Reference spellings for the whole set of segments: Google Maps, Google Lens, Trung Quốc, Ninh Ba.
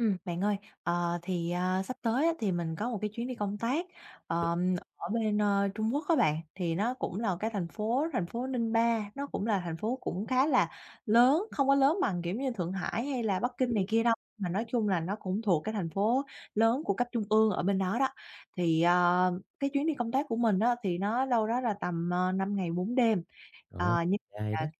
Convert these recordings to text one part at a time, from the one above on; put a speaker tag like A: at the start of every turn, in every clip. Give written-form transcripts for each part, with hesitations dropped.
A: Bạn ơi, thì, sắp tới á thì mình có một cái chuyến đi công tác, ở bên, Trung Quốc các bạn. Thì nó cũng là cái thành phố Ninh Ba, nó cũng là thành phố cũng khá là lớn, không có lớn bằng, kiểu như, Thượng Hải hay là Bắc Kinh này
B: Đúng.
A: kia đâu, mà nói chung là nó cũng thuộc cái thành phố lớn của cấp trung ương ở bên đó đó. Thì, cái chuyến đi công tác của mình đó thì nó đâu đó là tầm, 5 ngày 4 đêm,
B: Đó,
A: nhưng
B: ai đó,
A: mà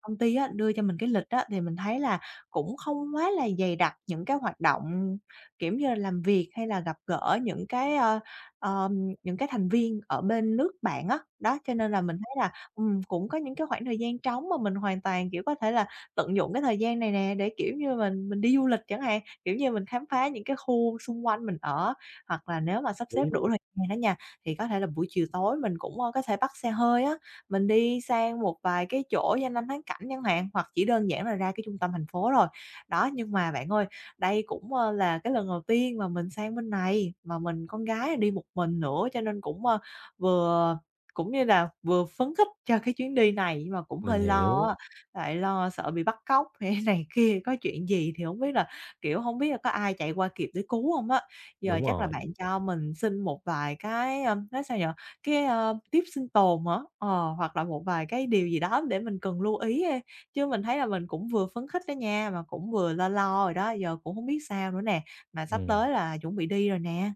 A: công ty á đưa cho mình cái lịch á thì mình thấy là cũng không quá là dày đặc những cái hoạt động, kiểu như là, làm việc hay là gặp gỡ những cái thành viên ở bên nước bạn á. Đó, cho nên là mình thấy là, cũng có những cái khoảng thời gian trống mà mình hoàn toàn, kiểu, có thể là tận dụng cái thời gian này nè để, kiểu như, mình đi du lịch chẳng hạn, kiểu như, mình khám phá những cái khu xung quanh mình ở. Hoặc là nếu mà sắp xếp
B: lý
A: đủ
B: luôn.
A: thời gian đó nha, thì có thể là buổi chiều tối mình cũng, có thể bắt xe hơi á mình đi sang một vài cái chỗ danh lam thắng cảnh chẳng hạn, hoặc chỉ đơn giản là ra cái trung tâm thành phố rồi. Đó, nhưng mà bạn ơi, đây cũng, là cái lần đầu tiên mà mình sang bên này, mà mình con gái đi một mình nữa cho nên cũng, vừa cũng như là vừa phấn khích cho cái chuyến đi này, nhưng mà cũng hơi
B: Mình
A: lo
B: hiểu,
A: á, lại lo sợ bị bắt cóc hay này kia, có chuyện gì thì không biết là, kiểu, không biết là có ai chạy qua kịp để cứu không á. Giờ
B: đúng
A: chắc là
B: rồi,
A: bạn cho mình xin một vài cái, nói sao nhỉ? Cái, tiếp sinh tồn hả? Ờ, Hoặc là một vài cái điều gì đó để mình cần lưu ý ha, chứ mình thấy là mình cũng vừa phấn khích đó nha, mà cũng vừa lo lo rồi đó, giờ cũng không biết sao nữa nè, mà sắp
B: ừm.
A: tới là chuẩn bị đi rồi nè.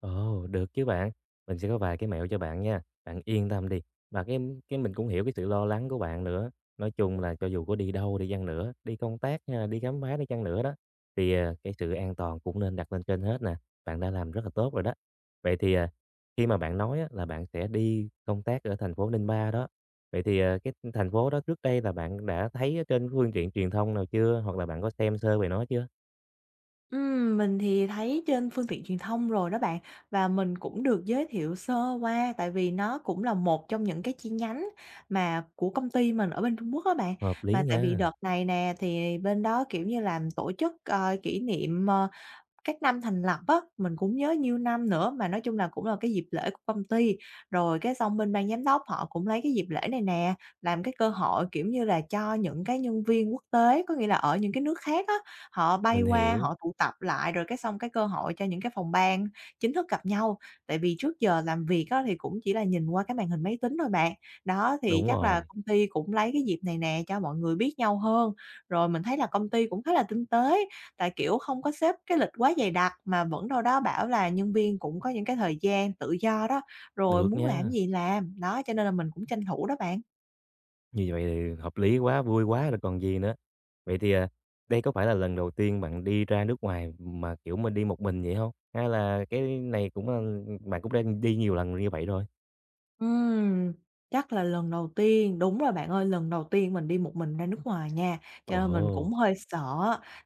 B: Ồ, được chứ bạn. Mình sẽ có vài cái mẹo cho bạn nha. Bạn yên tâm đi. Và cái mình cũng hiểu cái sự lo lắng của bạn nữa. Nói chung là cho dù có đi đâu đi chăng nữa, đi công tác hay là đi khám phá đi chăng nữa đó, thì cái sự an toàn cũng nên đặt lên trên hết nè. Bạn đã làm rất là tốt rồi đó. Vậy thì khi mà bạn nói á, là bạn sẽ đi công tác ở thành phố Ninh Ba đó. Vậy thì cái thành phố đó trước đây là bạn đã thấy ở trên phương tiện truyền thông nào chưa? Hoặc là bạn có xem sơ về nó chưa?
A: Mình thì thấy trên phương tiện truyền thông rồi đó bạn, và mình cũng được giới thiệu sơ qua, tại vì nó cũng là một trong những cái chi nhánh mà của công ty mình ở bên Trung Quốc đó bạn.
B: Hợp lý
A: Mà tại vì
B: nha.
A: đợt này nè, thì bên đó, kiểu như làm tổ chức, kỷ niệm, các năm thành lập á, mình cũng nhớ nhiêu năm nữa, mà nói chung là cũng là cái dịp lễ của công ty. Rồi cái xong bên ban giám đốc họ cũng lấy cái dịp lễ này nè, làm cái cơ hội, kiểu như là, cho những cái nhân viên quốc tế, có nghĩa là ở những cái nước khác á, họ bay
B: Mình
A: qua,
B: hiểu.
A: họ tụ tập lại, rồi cái xong cái cơ hội cho những cái phòng ban chính thức gặp nhau. Tại vì trước giờ làm việc á, thì cũng chỉ là nhìn qua cái màn hình máy tính thôi bạn. Đó, thì
B: Đúng
A: chắc là
B: rồi.
A: công ty cũng lấy cái dịp này nè cho mọi người biết nhau hơn. Rồi mình thấy là công ty cũng khá là tinh tế, tại, kiểu, không có xếp cái lịch quá dày đặc mà vẫn đâu đó bảo là nhân viên cũng có những cái thời gian tự do đó, rồi
B: Được
A: muốn làm
B: nha.
A: gì làm, đó, cho nên là mình cũng tranh thủ đó bạn.
B: Như vậy thì hợp lý quá, vui quá rồi còn gì nữa. Vậy thì, đây có phải là lần đầu tiên bạn đi ra nước ngoài mà, kiểu, mình đi một mình vậy không? Hay là cái này cũng, bạn cũng đã đi nhiều lần như vậy rồi?
A: Ừm, Chắc là lần đầu tiên đúng rồi bạn ơi, lần đầu tiên mình đi một mình ra nước ngoài nha, cho nên mình cũng
B: Ồ,
A: hơi sợ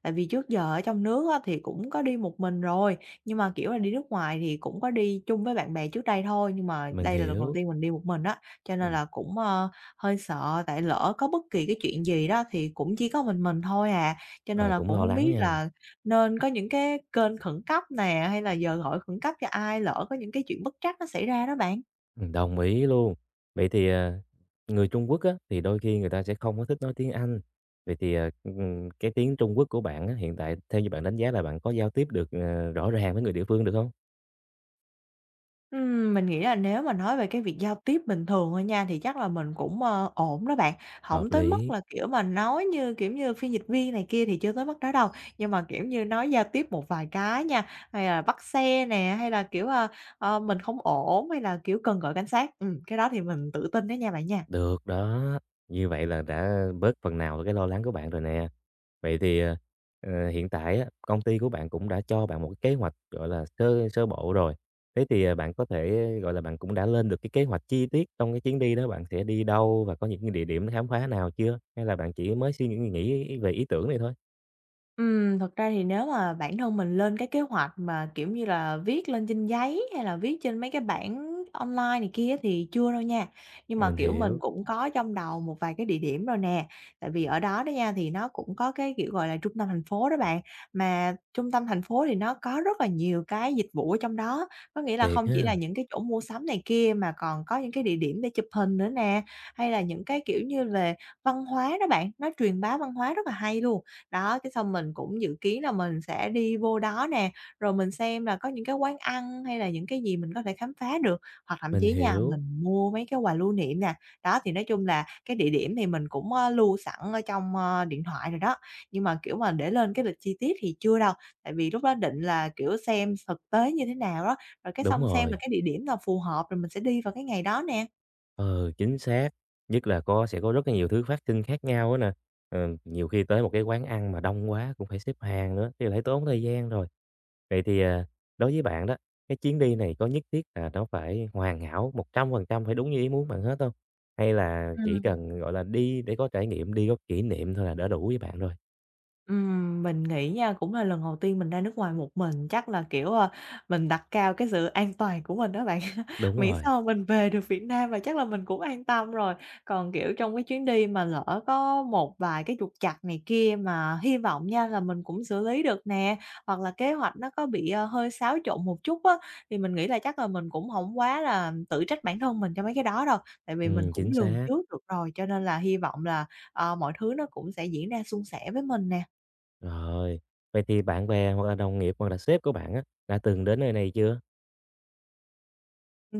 A: Tại vì trước giờ ở trong nước á, thì cũng có đi một mình rồi, nhưng mà, kiểu là, đi nước ngoài thì cũng có đi chung với bạn bè trước đây thôi, nhưng mà
B: mình
A: đây là lần đầu
B: hiểu.
A: tiên mình đi một mình á, cho nên
B: Ừm,
A: là cũng, hơi sợ, tại lỡ có bất kỳ cái chuyện gì đó thì cũng chỉ có mình thôi à. Cho nên
B: ờ,
A: là
B: cũng
A: cũng
B: lo
A: không
B: lắng
A: biết
B: nha.
A: là nên có những cái kênh khẩn cấp nè, hay là giờ gọi khẩn cấp cho ai, lỡ có những cái chuyện bất trắc nó xảy ra đó bạn.
B: Đồng ý luôn. Vậy thì, người Trung Quốc á, thì đôi khi người ta sẽ không có thích nói tiếng Anh. Vậy thì, cái tiếng Trung Quốc của bạn á, hiện tại theo như bạn đánh giá là bạn có giao tiếp được, rõ ràng với người địa phương được không?
A: Mình nghĩ là nếu mà nói về cái việc giao tiếp bình thường thôi nha, thì chắc là mình cũng, ổn đó bạn, không
B: Hợp
A: tới mức
B: lý.
A: là, kiểu, mà nói như, kiểu như, phiên dịch viên này kia thì chưa tới mức đó đâu. Nhưng mà, kiểu như, nói giao tiếp một vài cái nha, hay là bắt xe nè, hay là, kiểu, mình không ổn, hay là, kiểu, cần gọi cảnh sát, cái đó thì mình tự tin đó nha bạn nha.
B: Được đó, như vậy là đã bớt phần nào cái lo lắng của bạn rồi nè. Vậy thì, hiện tại á, công ty của bạn cũng đã cho bạn một cái kế hoạch, gọi là, sơ sơ bộ rồi. Thế thì, bạn có thể, gọi là, bạn cũng đã lên được cái kế hoạch chi tiết trong cái chuyến đi đó, bạn sẽ đi đâu và có những cái địa điểm khám phá nào chưa? Hay là bạn chỉ mới suy nghĩ nghĩ về ý tưởng này thôi?
A: Thật ra thì nếu mà bản thân mình lên cái kế hoạch mà, kiểu như là, viết lên trên giấy hay là viết trên mấy cái bảng online này kia thì chưa đâu nha. Nhưng mà,
B: Mình
A: kiểu, mình
B: hiểu,
A: cũng có trong đầu một vài cái địa điểm rồi nè, tại vì ở đó đó nha thì nó cũng có cái, kiểu, gọi là, trung tâm thành phố đó bạn, mà trung tâm thành phố thì nó có rất là nhiều cái dịch vụ ở trong đó. Có nghĩa là
B: thiệt
A: không chỉ là
B: ha,
A: những cái chỗ mua sắm này kia mà còn có những cái địa điểm để chụp hình nữa nè, hay là những cái, kiểu như, về văn hóa đó bạn, nó truyền bá văn hóa rất là hay luôn. Đó, cái xong mình cũng dự kiến là mình sẽ đi vô đó nè, rồi mình xem là có những cái quán ăn hay là những cái gì mình có thể khám phá được, hoặc thậm
B: mình
A: chí nha,
B: hiểu,
A: mình mua mấy cái quà lưu niệm nè. Đó, thì nói chung là cái địa điểm thì mình cũng, lưu sẵn ở trong, điện thoại rồi đó, nhưng mà, kiểu mà, để lên cái lịch chi tiết thì chưa đâu, tại vì lúc đó định là, kiểu, xem thực tế như thế nào đó, rồi cái
B: đúng
A: xong xem là
B: rồi.
A: cái địa điểm nào phù hợp rồi mình sẽ đi vào cái ngày đó nè.
B: Ừ, chính xác. Nhất là có sẽ có rất là nhiều thứ phát sinh khác nhau á nè. Ờ, nhiều khi tới một cái quán ăn mà đông quá cũng phải xếp hàng nữa, thì lại tốn thời gian rồi. Vậy thì, đối với bạn đó, cái chuyến đi này có nhất thiết là nó phải hoàn hảo 100% phải đúng như ý muốn bạn hết không? Hay là chỉ
A: Ừm.
B: cần, gọi là, đi để có trải nghiệm, đi có kỷ niệm thôi là đã đủ với bạn rồi?
A: Mình nghĩ nha, cũng là lần đầu tiên mình ra nước ngoài một mình, chắc là, kiểu, mình đặt cao cái sự an toàn của mình đó bạn.
B: Đúng
A: Miễn
B: rồi,
A: sao mình về được Việt Nam và chắc là mình cũng an tâm rồi. Còn, kiểu, trong cái chuyến đi mà lỡ có một vài cái trục trặc này kia mà hy vọng nha là mình cũng xử lý được nè, hoặc là kế hoạch nó có bị, hơi xáo trộn một chút á, thì mình nghĩ là chắc là mình cũng không quá là tự trách bản thân mình cho mấy cái đó đâu, tại vì mình cũng
B: chính
A: lường
B: xác.
A: trước được rồi, cho nên là hy vọng là, mọi thứ nó cũng sẽ diễn ra suôn sẻ với mình nè.
B: Rồi, vậy thì bạn bè hoặc là đồng nghiệp hoặc là sếp của bạn á, đã từng đến nơi này chưa?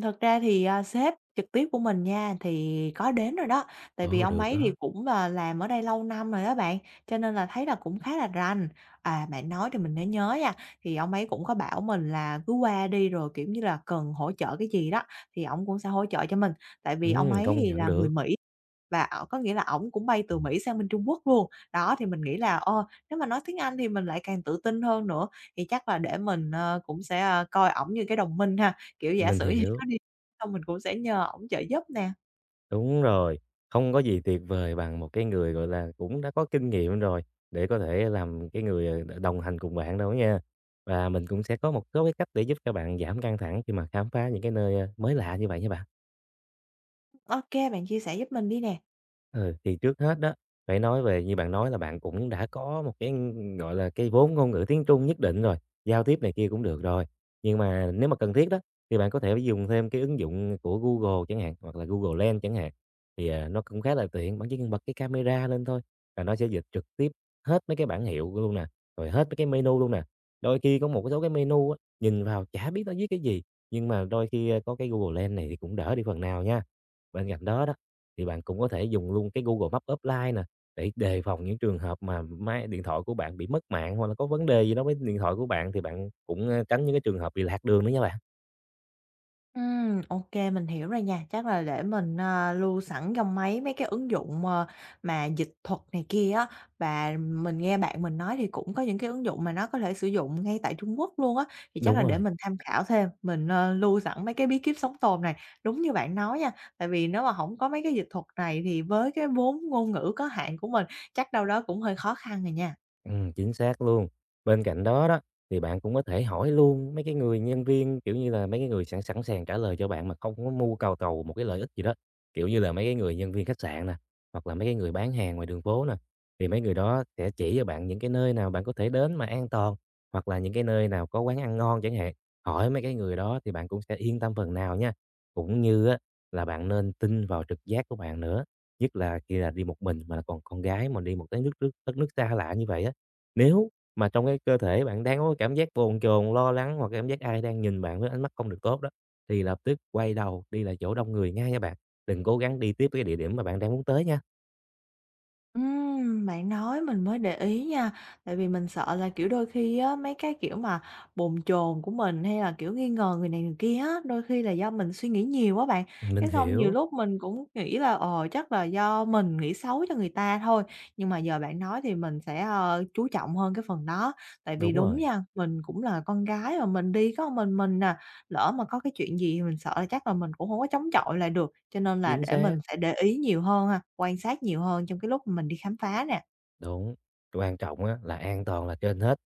A: Thật ra thì, sếp trực tiếp của mình nha, thì có đến rồi đó, tại vì
B: Ồ,
A: ông
B: được
A: ấy thì
B: đó,
A: cũng là làm ở đây lâu năm rồi đó bạn, cho nên là thấy là cũng khá là rành. À, bạn nói thì mình mới nhớ nha, thì ông ấy cũng có bảo mình là cứ qua đi rồi, kiểu như là, cần hỗ trợ cái gì đó thì ông cũng sẽ hỗ trợ cho mình, tại vì ông ấy
B: công
A: thì
B: nhận
A: là người
B: được,
A: Mỹ và ở có nghĩa là ổng cũng bay từ Mỹ sang bên Trung Quốc luôn. Đó, thì mình nghĩ là, nếu mà nói tiếng Anh thì mình lại càng tự tin hơn nữa, thì chắc là để mình, cũng sẽ, coi ổng như cái đồng minh ha, kiểu, giả
B: mình
A: sử như
B: hiểu.
A: có đi xong mình cũng sẽ nhờ ổng trợ giúp nè.
B: Đúng rồi, không có gì tuyệt vời bằng một cái người, gọi là, cũng đã có kinh nghiệm rồi để có thể làm cái người, đồng hành cùng bạn đâu nha. Và mình cũng sẽ có một số cái cách để giúp các bạn giảm căng thẳng khi mà khám phá những cái nơi, mới lạ như vậy nha bạn.
A: OK bạn chia sẻ giúp mình đi nè.
B: Ừ, thì trước hết đó, phải nói về như bạn nói là bạn cũng đã có một cái, gọi là, cái vốn ngôn ngữ tiếng Trung nhất định rồi, giao tiếp này kia cũng được rồi. Nhưng mà nếu mà cần thiết đó, thì bạn có thể dùng thêm cái ứng dụng của Google chẳng hạn, hoặc là Google Lens chẳng hạn, thì, nó cũng khá là tiện. Bạn chỉ cần bật cái camera lên thôi là nó sẽ dịch trực tiếp hết mấy cái bảng hiệu luôn nè, rồi hết mấy cái menu luôn nè. Đôi khi có một số cái menu á, nhìn vào chả biết nó viết cái gì, nhưng mà đôi khi, có cái Google Lens này thì cũng đỡ đi phần nào nha. Bên cạnh đó đó, thì bạn cũng có thể dùng luôn cái Google Maps offline nè, để đề phòng những trường hợp mà máy điện thoại của bạn bị mất mạng, hoặc là có vấn đề gì đó với điện thoại của bạn thì bạn cũng, tránh những cái trường hợp bị lạc đường nữa nha bạn.
A: OK mình hiểu rồi nha. Chắc là để mình, lưu sẵn trong máy mấy cái ứng dụng, mà dịch thuật này kia á, và mình nghe bạn mình nói thì cũng có những cái ứng dụng mà nó có thể sử dụng ngay tại Trung Quốc luôn á, thì chắc
B: Đúng
A: là để
B: rồi.
A: mình tham khảo thêm, mình, lưu sẵn mấy cái bí kíp sống tồn này. Đúng như bạn nói nha, tại vì nếu mà không có mấy cái dịch thuật này thì với cái vốn ngôn ngữ có hạn của mình, chắc đâu đó cũng hơi khó khăn rồi nha.
B: Chính xác luôn. Bên cạnh đó đó, thì bạn cũng có thể hỏi luôn mấy cái người nhân viên, kiểu như là, mấy cái người sẵn sẵn sàng trả lời cho bạn mà không có mưu cầu cầu một cái lợi ích gì đó, kiểu như là, mấy cái người nhân viên khách sạn nè, hoặc là mấy cái người bán hàng ngoài đường phố nè, thì mấy người đó sẽ chỉ cho bạn những cái nơi nào bạn có thể đến mà an toàn, hoặc là những cái nơi nào có quán ăn ngon chẳng hạn. Hỏi mấy cái người đó thì bạn cũng sẽ yên tâm phần nào nha. Cũng như á, là bạn nên tin vào trực giác của bạn nữa, nhất là khi là đi một mình mà còn con gái mà đi một cái nước nước đất nước xa lạ như vậy á. Nếu mà trong cái cơ thể bạn đang có cái cảm giác bồn chồn, lo lắng hoặc cảm giác ai đang nhìn bạn với ánh mắt không được tốt đó, thì lập tức quay đầu đi lại chỗ đông người ngay nha bạn. Đừng cố gắng đi tiếp cái địa điểm mà bạn đang muốn tới nha.
A: Bạn nói mình mới để ý nha, tại vì mình sợ là, kiểu, đôi khi á, mấy cái, kiểu, mà bồn chồn của mình hay là, kiểu, nghi ngờ người này người kia á, đôi khi là do mình suy nghĩ nhiều quá bạn.
B: Mình
A: Cái xong nhiều
B: hiểu,
A: lúc mình cũng nghĩ là, chắc là do mình nghĩ xấu cho người ta thôi, nhưng mà giờ bạn nói thì mình sẽ, chú trọng hơn cái phần đó. Tại vì
B: đúng
A: đúng
B: rồi,
A: nha, mình cũng là con gái mà mình đi có một mình nè. Lỡ mà có cái chuyện gì mình sợ là chắc là mình cũng không có chống chọi lại được, cho nên là
B: chính
A: để
B: xác.
A: mình sẽ để ý nhiều hơn ha, quan sát nhiều hơn trong cái lúc mà mình đi khám phá nè.
B: Đúng, quan trọng á là an toàn là trên hết,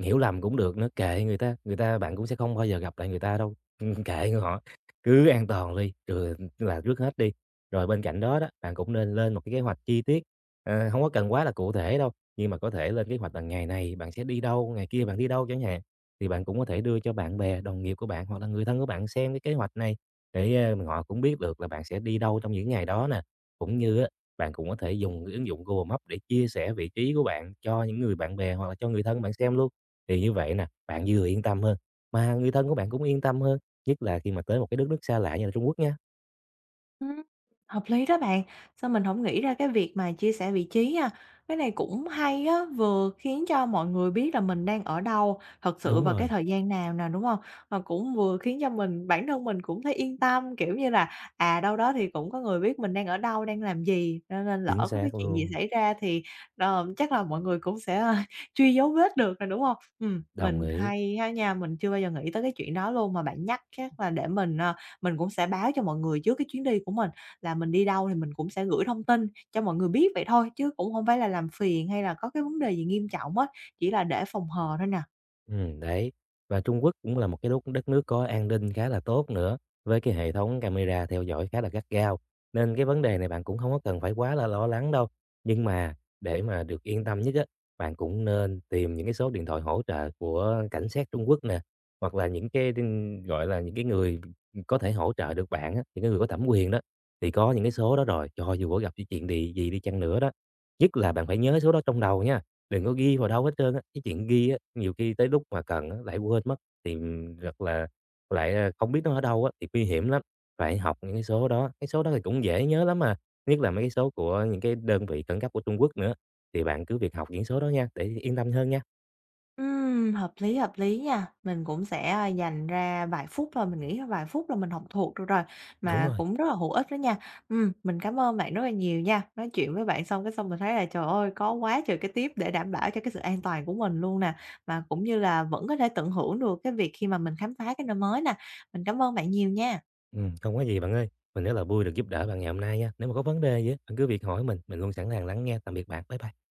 B: hiểu lầm cũng được nữa, kệ người ta bạn cũng sẽ không bao giờ gặp lại người ta đâu, kệ người họ, cứ an toàn đi, rồi là trước hết đi. Rồi bên cạnh đó đó, bạn cũng nên lên một cái kế hoạch chi tiết, hông có cần quá là cụ thể đâu, nhưng mà có thể lên kế hoạch là ngày này bạn sẽ đi đâu, ngày kia bạn đi đâu chẳng hạn. Thì bạn cũng có thể đưa cho bạn bè, đồng nghiệp của bạn hoặc là người thân của bạn xem cái kế hoạch này để, họ cũng biết được là bạn sẽ đi đâu trong những ngày đó nè, cũng như á bạn cũng có thể dùng cái ứng dụng Google Maps để chia sẻ vị trí của bạn cho những người bạn bè hoặc là cho người thân bạn xem luôn. Thì như vậy nè, bạn vừa yên tâm hơn, mà người thân của bạn cũng yên tâm hơn, nhất là khi mà tới một cái đất nước xa lạ như là Trung Quốc nha.
A: Hợp lý đó bạn, sao mình không nghĩ ra cái việc mà chia sẻ vị trí ha. Cái này cũng hay á, vừa khiến cho mọi người biết là mình đang ở đâu, thật sự
B: Đúng
A: vào cái
B: rồi,
A: thời gian nào nè, đúng không, mà cũng vừa khiến cho mình bản thân mình cũng thấy yên tâm, kiểu như là, đâu đó thì cũng có người biết mình đang ở đâu, đang làm gì, cho nên
B: chính
A: lỡ có cái
B: xác
A: chuyện gì
B: luôn,
A: xảy ra thì, chắc là mọi người cũng sẽ, truy dấu vết được rồi đúng không?
B: đồng
A: Mình
B: ý.
A: hay ha nha, mình chưa bao giờ nghĩ tới cái chuyện đó luôn, mà bạn nhắc chắc là để mình cũng sẽ báo cho mọi người trước cái chuyến đi của mình là mình đi đâu thì mình cũng sẽ gửi thông tin cho mọi người biết vậy thôi, chứ cũng không phải là làm phiền hay là có cái vấn đề gì nghiêm trọng á, chỉ là để phòng hờ thôi nè.
B: Đấy. Và Trung Quốc cũng là một cái đất nước có an ninh khá là tốt nữa, với cái hệ thống camera theo dõi khá là gắt gao, nên cái vấn đề này bạn cũng không có cần phải quá là lo lắng đâu. Nhưng mà để mà được yên tâm nhất á, bạn cũng nên tìm những cái số điện thoại hỗ trợ của cảnh sát Trung Quốc nè, hoặc là những cái tin gọi là, những cái người có thể hỗ trợ được bạn á, những cái người có thẩm quyền đó, thì có những cái số đó rồi, cho dù có gặp cái chuyện gì gì đi chăng nữa đó. Nhất là bạn phải nhớ số đó trong đầu nha. Đừng có ghi vào đâu hết trơn á, cái chuyện ghi á, nhiều khi tới lúc mà cần á lại quên mất, thì, thật là lại, không biết nó ở đâu á, thì nguy hiểm lắm. Phải học những cái số đó thì cũng dễ nhớ lắm mà nhất là mấy cái số của những cái đơn vị khẩn cấp của Trung Quốc nữa, thì bạn cứ việc học những số đó nha, để yên tâm hơn nha.
A: Hợp lý, hợp lý nha. Mình cũng sẽ, dành ra vài phút thôi, mình nghĩ là vài phút là mình học thuộc được rồi,
B: Đúng
A: mà
B: rồi,
A: cũng rất là hữu ích đó nha. Mình cảm ơn bạn rất là nhiều nha. Nói chuyện với bạn xong cái xong mình thấy là, trời ơi, có quá trời cái tiếp để đảm bảo cho cái sự an toàn của mình luôn nè, mà cũng như là vẫn có thể tận hưởng được cái việc khi mà mình khám phá cái nơi mới nè. Mình cảm ơn bạn nhiều nha.
B: không có gì bạn ơi, mình rất là vui được giúp đỡ bạn ngày hôm nay nha. Nếu mà có vấn đề gì á, bạn cứ việc hỏi mình luôn sẵn sàng lắng nghe. Tạm biệt bạn, bye bye.